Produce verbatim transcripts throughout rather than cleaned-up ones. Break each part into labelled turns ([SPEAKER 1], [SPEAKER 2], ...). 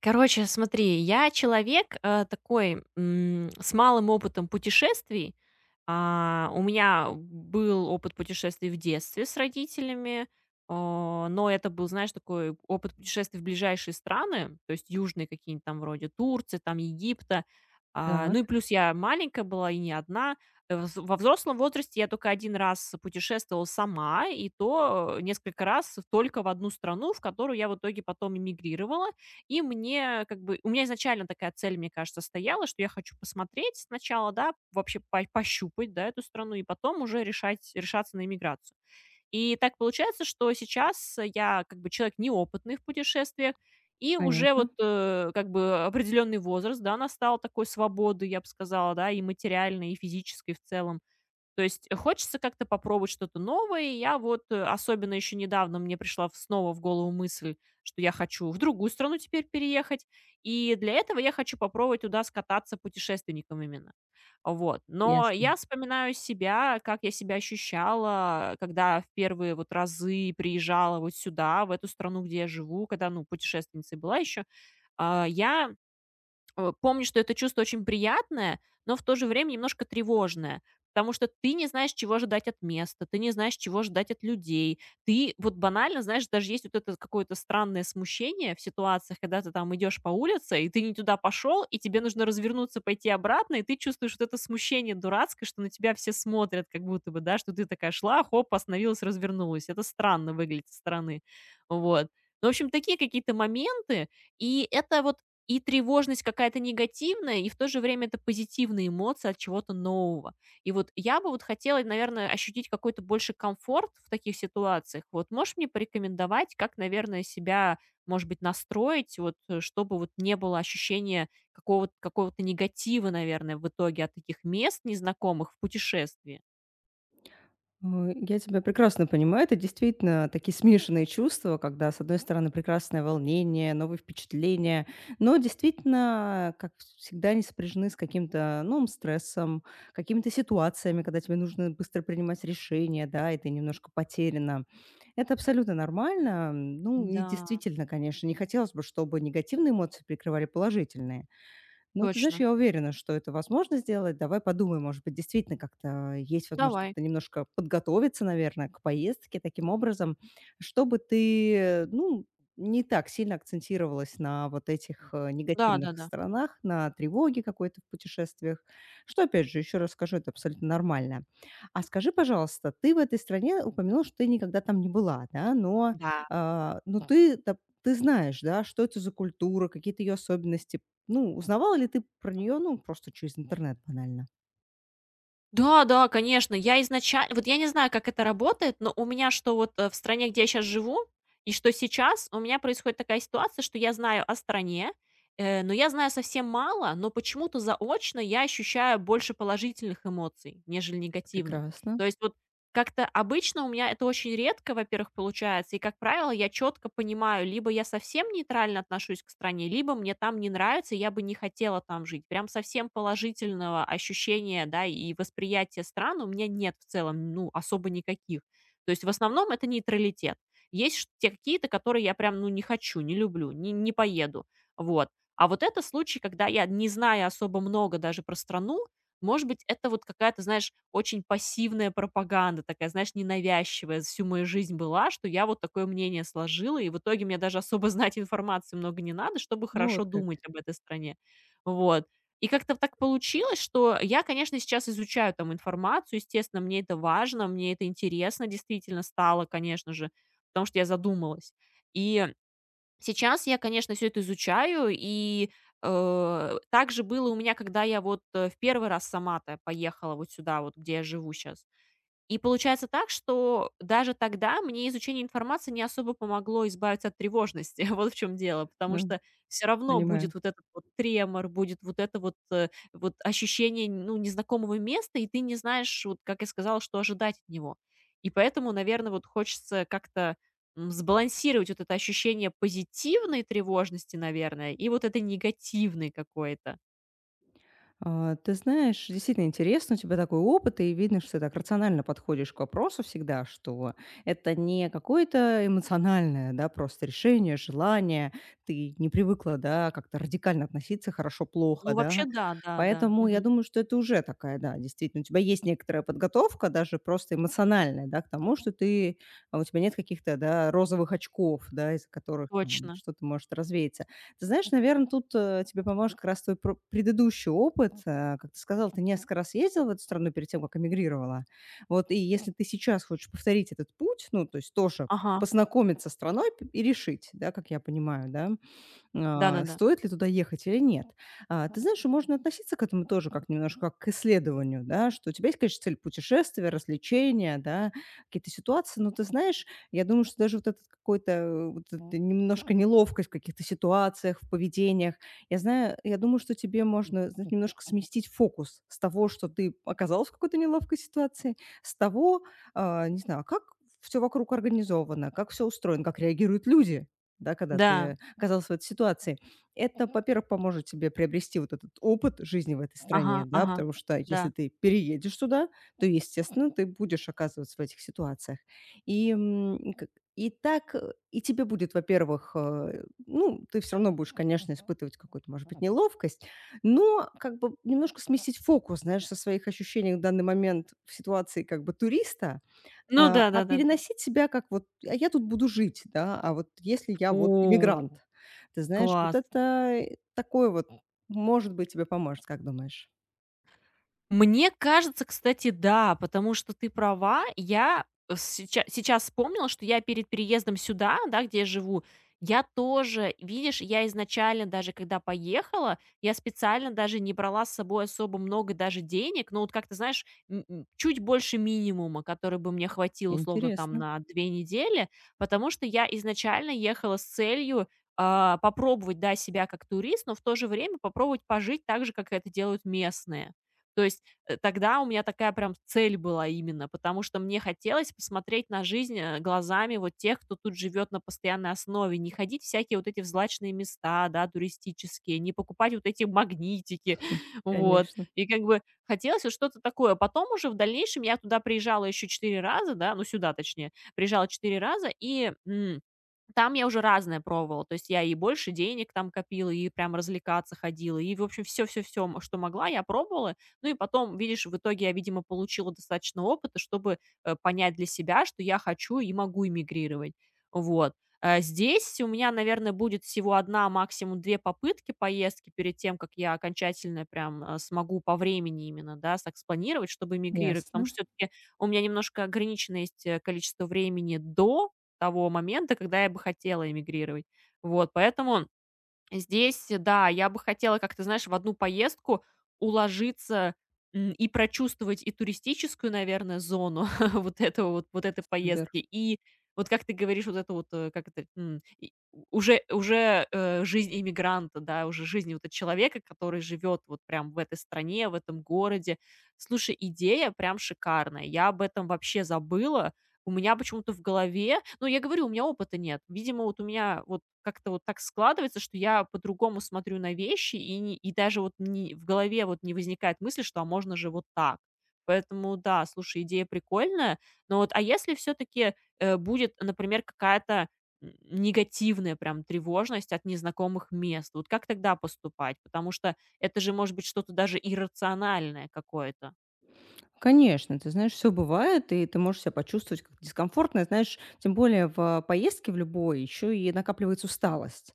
[SPEAKER 1] Короче, смотри, я человек, э, такой, м, с малым опытом путешествий. А, у меня был опыт путешествий в детстве с родителями, а, но это был, знаешь, такой опыт путешествий в ближайшие страны, то есть южные какие-нибудь там вроде Турции, там Египта. А,
[SPEAKER 2] Так,
[SPEAKER 1] ну и плюс я маленькая была и не одна. Э, вз Во взрослом возрасте я только один раз путешествовала сама, и то, э, несколько раз только в одну страну, в которую я в итоге потом эмигрировала. И мне как бы У меня изначально такая цель, мне кажется, стояла, что я хочу посмотреть сначала, да, вообще по пощупать, да, эту страну, и потом уже решать решаться на иммиграцию. И так получается, что сейчас я как бы человек неопытный в путешествиях, и уже
[SPEAKER 2] понятно,
[SPEAKER 1] вот, э, как бы определенный возраст, да, настал такой свободы, я бы сказала, да, и материальной, и физической в целом. То есть э, хочется как-то попробовать что-то новое. И я вот, э, особенно еще недавно мне пришла в- снова в голову мысль, что я хочу в другую страну теперь переехать. И для этого я хочу попробовать туда скататься путешественником именно. Вот. Но я
[SPEAKER 2] ясно.
[SPEAKER 1] вспоминаю себя, как я себя ощущала, когда в первые вот разы приезжала вот сюда, в эту страну, где я живу, когда, ну, путешественницей была еще. Я Э, помню, что это чувство очень приятное, но в то же время немножко тревожное, потому что ты не знаешь, чего ожидать от места, ты не знаешь, чего ждать от людей. Ты вот банально, знаешь, даже есть вот это какое-то странное смущение в ситуациях, когда ты там идешь по улице, и ты не туда пошел, и тебе нужно развернуться, пойти обратно, и ты чувствуешь вот это смущение дурацкое, что на тебя все смотрят как будто бы, да, что ты такая шла, хоп, остановилась, развернулась. Это странно выглядит со стороны. Вот. Ну, в общем, такие какие-то моменты, и это вот и тревожность какая-то негативная, и в то же время это позитивные эмоции от чего-то нового. И вот я бы вот хотела, наверное, ощутить какой-то больше комфорт в таких ситуациях. Вот можешь мне порекомендовать, как, наверное, себя, может быть, настроить, вот, э, чтобы вот не было ощущения какого-то какого-то негатива, наверное, в итоге от таких мест незнакомых в путешествии?
[SPEAKER 2] Ой, я тебя прекрасно понимаю. Это действительно такие смешанные чувства, когда, с одной стороны, прекрасное волнение, новые впечатления, но действительно, как всегда, они сопряжены с каким-то новым стрессом, какими-то ситуациями, когда тебе нужно быстро принимать решения, да, и ты немножко потеряна. Это абсолютно нормально. Ну и
[SPEAKER 1] Да,
[SPEAKER 2] действительно, конечно, не хотелось бы, чтобы негативные эмоции прикрывали положительные. Ну, ты знаешь,
[SPEAKER 1] точно.
[SPEAKER 2] я уверена, что это возможно сделать. Давай подумаем, может быть, действительно как-то есть возможность
[SPEAKER 1] Давай.
[SPEAKER 2] как-то немножко подготовиться, наверное, к поездке таким образом, чтобы ты, э, ну, не так сильно акцентировалась на вот этих э, негативных
[SPEAKER 1] Да-да-да.
[SPEAKER 2] сторонах, на тревоге какой-то в путешествиях, что, опять же, еще раз скажу, это абсолютно нормально. А скажи, пожалуйста, ты в этой стране упомянула, что ты никогда там не была, да, но,
[SPEAKER 1] Да. да. Да.
[SPEAKER 2] а, но ты, доп- ты знаешь, да, что это за культура, какие-то ее особенности, ну, узнавала ли ты про нее, ну, просто через интернет банально?
[SPEAKER 1] Да, да, конечно. Я изначально, вот я не знаю, как это работает, но у меня что вот, э, в стране, где я сейчас живу, и что сейчас, у меня происходит такая ситуация, что я знаю о стране, э, но я знаю совсем мало, но почему-то заочно я ощущаю больше положительных эмоций, нежели негативных.
[SPEAKER 2] Прекрасно.
[SPEAKER 1] То есть вот как-то обычно у меня это очень редко, во-первых, получается, и, как правило, я четко понимаю, либо я совсем нейтрально отношусь к стране, либо мне там не нравится, и я бы не хотела там жить. Прям совсем положительного ощущения, да, и восприятия стран у меня нет в целом, ну, особо никаких. То есть в основном это нейтралитет. Есть ш- те какие-то, которые я прям, ну, не хочу, не люблю, не, не поеду, вот. А вот это случай, когда я, не знаю особо много даже про страну, может быть, это вот какая-то, знаешь, очень пассивная пропаганда, такая, знаешь, ненавязчивая, всю мою жизнь была, что я вот такое мнение сложила, и в итоге мне даже особо знать информации много не надо, чтобы
[SPEAKER 2] Ну, вот
[SPEAKER 1] хорошо
[SPEAKER 2] как,
[SPEAKER 1] думать об этой стране. Вот. И как-то так получилось, что я, конечно, сейчас изучаю там информацию, естественно, мне это важно, мне это интересно действительно стало, конечно же, потому что я задумалась. И Сейчас я, конечно, все это изучаю, и, э, так же было у меня, когда я вот, э, в первый раз сама-то поехала вот сюда вот, где я живу сейчас. И получается так, что даже тогда мне изучение информации не особо помогло избавиться от тревожности. Вот в чем дело. Потому
[SPEAKER 2] да,
[SPEAKER 1] что все равно
[SPEAKER 2] понимаю.
[SPEAKER 1] будет вот этот вот тремор, будет вот это вот, э, вот ощущение, ну, незнакомого места, и ты не знаешь, вот как я сказала, что ожидать от него. И поэтому, наверное, вот хочется как-то, м, сбалансировать вот это ощущение позитивной тревожности, наверное, и вот этой негативной какой-то.
[SPEAKER 2] А, ты знаешь, действительно интересно, у тебя такой опыт, и видно, что ты так рационально подходишь к вопросу всегда, что это не какое-то эмоциональное, да, просто решение, желание, ты не привыкла, да, как-то радикально относиться, хорошо-плохо,
[SPEAKER 1] Ну, вообще
[SPEAKER 2] да,
[SPEAKER 1] да, да, да.
[SPEAKER 2] поэтому я
[SPEAKER 1] Мгм.
[SPEAKER 2] думаю, что это уже такая, да, действительно, у тебя есть некоторая подготовка, даже просто эмоциональная, да, к тому, что ты, а, у тебя нет каких-то, да, розовых очков, да, из которых там
[SPEAKER 1] Точно.
[SPEAKER 2] что-то может развеяться. Ты знаешь, наверное, тут, э, тебе поможет как раз твой пр предыдущий опыт. Э, как ты сказала, ты несколько раз ездила в эту страну перед тем, как эмигрировала. Вот и если ты сейчас хочешь повторить этот путь, ну, то есть тоже
[SPEAKER 1] Ага.
[SPEAKER 2] познакомиться с страной п и решить, да, как я понимаю, да?
[SPEAKER 1] Да-да-да.
[SPEAKER 2] А,
[SPEAKER 1] Да. да.
[SPEAKER 2] стоит ли туда ехать или нет? А, ты знаешь, и можно относиться к этому тоже как немножко как к исследованию, да, что у тебя есть, конечно, цель путешествия, развлечения, да, какие-то ситуации, но ты знаешь, я думаю, что даже вот этот какой-то, э, вот эта немножко неловкость в каких-то ситуациях, в поведениях, я знаю, я думаю, что тебе можно, знаешь, немножко сместить фокус с того, что ты оказалась в какой-то неловкой ситуации, с того, а, не знаю, как все вокруг организовано, как все устроено, как реагируют люди, да, когда
[SPEAKER 1] Да.
[SPEAKER 2] ты оказалась в этой ситуации. Это, во-первых, поможет тебе приобрести вот этот опыт жизни в этой стране,
[SPEAKER 1] Ага,
[SPEAKER 2] да,
[SPEAKER 1] ага,
[SPEAKER 2] потому что если
[SPEAKER 1] да.
[SPEAKER 2] ты переедешь туда, то, естественно, ты будешь оказываться в этих ситуациях. И, м, к- и так, э, и тебе будет, во-первых, э, ну, ты все равно будешь, конечно, испытывать какую-то, может быть, неловкость, но как бы немножко сместить фокус, знаешь, со своих ощущений в данный момент в ситуации как бы туриста,
[SPEAKER 1] Ну
[SPEAKER 2] а, а
[SPEAKER 1] да-да-да-да.
[SPEAKER 2] переносить себя как вот: "А я тут буду жить, да, а вот если я вот
[SPEAKER 1] О,
[SPEAKER 2] иммигрант?" Ты знаешь, вот
[SPEAKER 1] класс!
[SPEAKER 2] это, э, такое вот, может быть, тебе поможет, как думаешь?
[SPEAKER 1] Мне кажется, кстати, да, потому что ты права. Я сейчас сейчас вспомнила, что я перед переездом сюда, да, где я живу, я тоже, видишь, я изначально даже когда поехала, я специально даже не брала с собой особо много даже денег, но вот как ты знаешь, м, м, чуть больше минимума, который бы мне хватил условно там
[SPEAKER 2] Интересно,
[SPEAKER 1] на две недели, потому что я изначально ехала с целью, а, попробовать, да, себя как турист, но в то же время попробовать пожить так же, как это делают местные. То есть э, тогда у меня такая прям цель была именно, потому что мне хотелось посмотреть на жизнь э, глазами вот тех, кто тут живет на постоянной основе, не ходить в всякие вот эти взлачные места, да, туристические, не покупать вот эти магнитики. Вот.
[SPEAKER 2] конечно.
[SPEAKER 1] И как бы хотелось вот что-то такое. Потом уже в дальнейшем я туда приезжала еще четыре раза, да, ну сюда точнее, приезжала четыре раза, и м, там я уже разное пробовала. То есть я и больше денег там копила, и прям развлекаться ходила, и, в общем, все-все-все, что могла, я пробовала. Ну и потом, видишь, в итоге я, видимо, получила достаточно опыта, чтобы, э, понять для себя, что я хочу и могу эмигрировать. Вот. А здесь у меня, наверное, будет всего одна, максимум две попытки поездки перед тем, как я окончательно прям, а, смогу по времени именно, да, так спланировать, чтобы эмигрировать. Потому
[SPEAKER 2] Ясно.
[SPEAKER 1] что все таки у меня немножко ограничено есть, э, количество времени до того момента, когда я бы хотела эмигрировать. Вот, поэтому здесь, да, я бы хотела как-то, знаешь, в одну поездку уложиться, м, и прочувствовать и туристическую, наверное, зону вот этого вот вот этой поездки, и вот, как ты говоришь, вот это вот, э, как это, м, и у уже уже, э, жизнь иммигранта, да, уже жизнь вот этого человека, который живет вот прям в этой стране, в этом городе. Слушай, идея прям шикарная. Я об этом вообще забыла, у меня почему-то в голове ну, я говорю, у меня опыта нет. Видимо, вот у меня вот как-то вот так складывается, что я по-другому смотрю на вещи, и не и даже вот не в голове вот не возникает мысли, что, а можно же вот так. Поэтому да, слушай, идея прикольная. Но вот, а если все таки будет, например, какая-то н негативная прям тревожность от незнакомых мест, вот как тогда поступать? Потому что это же может быть что-то даже иррациональное какое-то.
[SPEAKER 2] Конечно, ты знаешь, все бывает, и ты можешь себя почувствовать как дискомфортно. Знаешь, тем более в поездке в любой еще и накапливается усталость.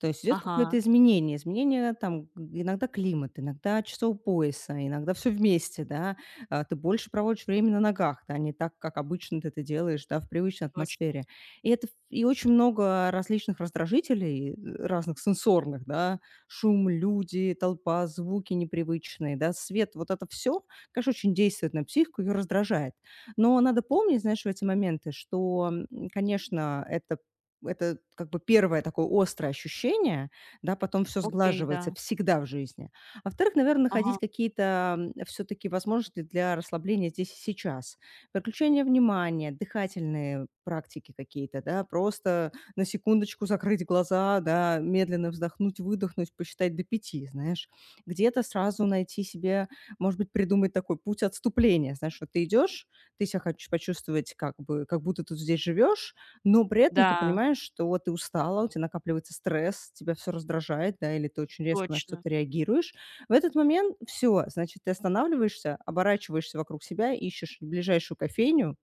[SPEAKER 2] То есть идет какое-то
[SPEAKER 1] Ага,
[SPEAKER 2] изменение. Изменение там г иногда климат, иногда часов пояса, иногда все вместе, да. А, ты больше проводишь время на ногах, да, не так, как обычно ты это делаешь, да, в привычной
[SPEAKER 1] точно.
[SPEAKER 2] атмосфере. И это ф и очень много различных раздражителей, э, разных сенсорных, да: шум, люди, толпа, звуки непривычные, да, свет. Вот это все. Конечно, очень действует на психику, ее раздражает. Но надо помнить, знаешь, в эти моменты, что, м, конечно, это это как бы первое такое острое ощущение, да, потом все
[SPEAKER 1] Окей, да.
[SPEAKER 2] сглаживается всегда в жизни. А во-вторых, наверное, находить
[SPEAKER 1] Ага,
[SPEAKER 2] какие-то, все таки возможности для расслабления здесь и сейчас. Переключение внимания, дыхательные практики какие-то, да, просто на секундочку закрыть глаза, да, медленно вздохнуть, выдохнуть, посчитать до пяти, знаешь. Где-то сразу найти себе может быть, придумать такой путь отступления. Знаешь, вот ты идешь, ты себя хочешь почувствовать как бы, как будто ты здесь живешь, но при этом ты
[SPEAKER 1] да.
[SPEAKER 2] понимаешь, что вот ты устала, у тебя накапливается стресс, тебя все раздражает, да, или ты очень резко на
[SPEAKER 1] Точно.
[SPEAKER 2] что-то реагируешь. В этот момент все, значит, ты останавливаешься, оборачиваешься вокруг себя, ищешь ближайшую кофейню.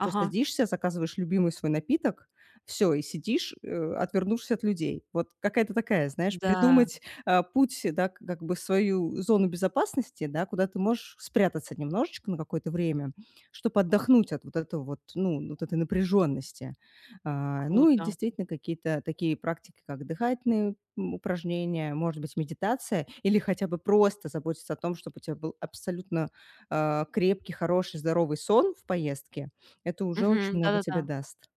[SPEAKER 2] Всё, садишься, заказываешь любимый свой напиток, все и сидишь, э, отвернувшись от людей. Вот какая-то такая, знаешь,
[SPEAKER 1] Да,
[SPEAKER 2] придумать, а, путь, да, к как бы свою зону безопасности, да, куда ты можешь спрятаться немножечко на какое-то время, чтобы отдохнуть от вот этого вот, ну, вот этой напряженности. А, ну и
[SPEAKER 1] круто.
[SPEAKER 2] действительно какие-то такие практики, как дыхательные, м, упражнения, может быть, медитация или хотя бы просто заботиться о том, чтобы у тебя был абсолютно, а, крепкий, хороший, здоровый сон в поездке. Это уже очень
[SPEAKER 1] Мгм.
[SPEAKER 2] много тебе
[SPEAKER 1] Да-да-да.
[SPEAKER 2] даст.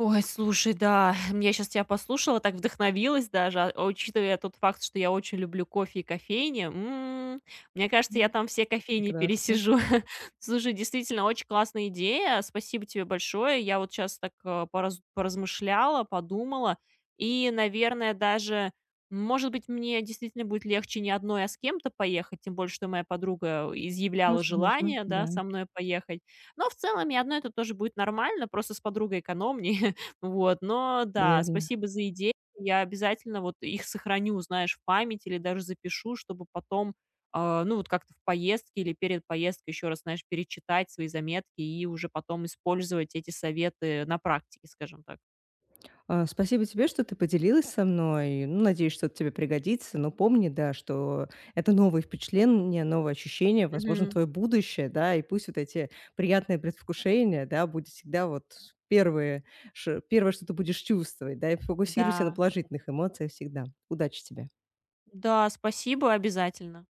[SPEAKER 1] Ой, слушай, да, м, я сейчас тебя послушала, так вдохновилась даже, а учитывая тот факт, что я очень люблю кофе и кофейни, м, мне кажется, я
[SPEAKER 2] М.
[SPEAKER 1] там все кофейни
[SPEAKER 2] Прекрасно.
[SPEAKER 1] пересижу. Слушай, действительно, очень классная идея, спасибо тебе большое. Я вот сейчас так э, пораз- поразмышляла, подумала, и, наверное, даже, может быть, мне действительно будет легче не одной, а с кем-то поехать, тем более, что моя подруга изъявляла
[SPEAKER 2] Возможно,
[SPEAKER 1] желание, да,
[SPEAKER 2] да,
[SPEAKER 1] со мной поехать. Но в целом и одно это тоже будет нормально, просто с подругой экономнее. Вот, но да,
[SPEAKER 2] верно.
[SPEAKER 1] спасибо за идеи. Я обязательно вот их сохраню, знаешь, в памяти или даже запишу, чтобы потом, а, ну, вот как-то в поездке или перед поездкой еще раз, знаешь, перечитать свои заметки и уже потом использовать эти советы на практике, скажем так.
[SPEAKER 2] А, спасибо тебе, что ты поделилась со мной. Ну, надеюсь, что это тебе пригодится. Но помни, да, что это новые впечатления, новые ощущения, возможно,
[SPEAKER 1] Мгм.
[SPEAKER 2] твое будущее, да, и пусть вот эти приятные предвкушения, да, будет всегда вот первые ш первое, что ты будешь чувствовать, да, и фокусируйся на
[SPEAKER 1] Да.
[SPEAKER 2] положительных эмоциях всегда. Удачи тебе.
[SPEAKER 1] Да, спасибо, обязательно.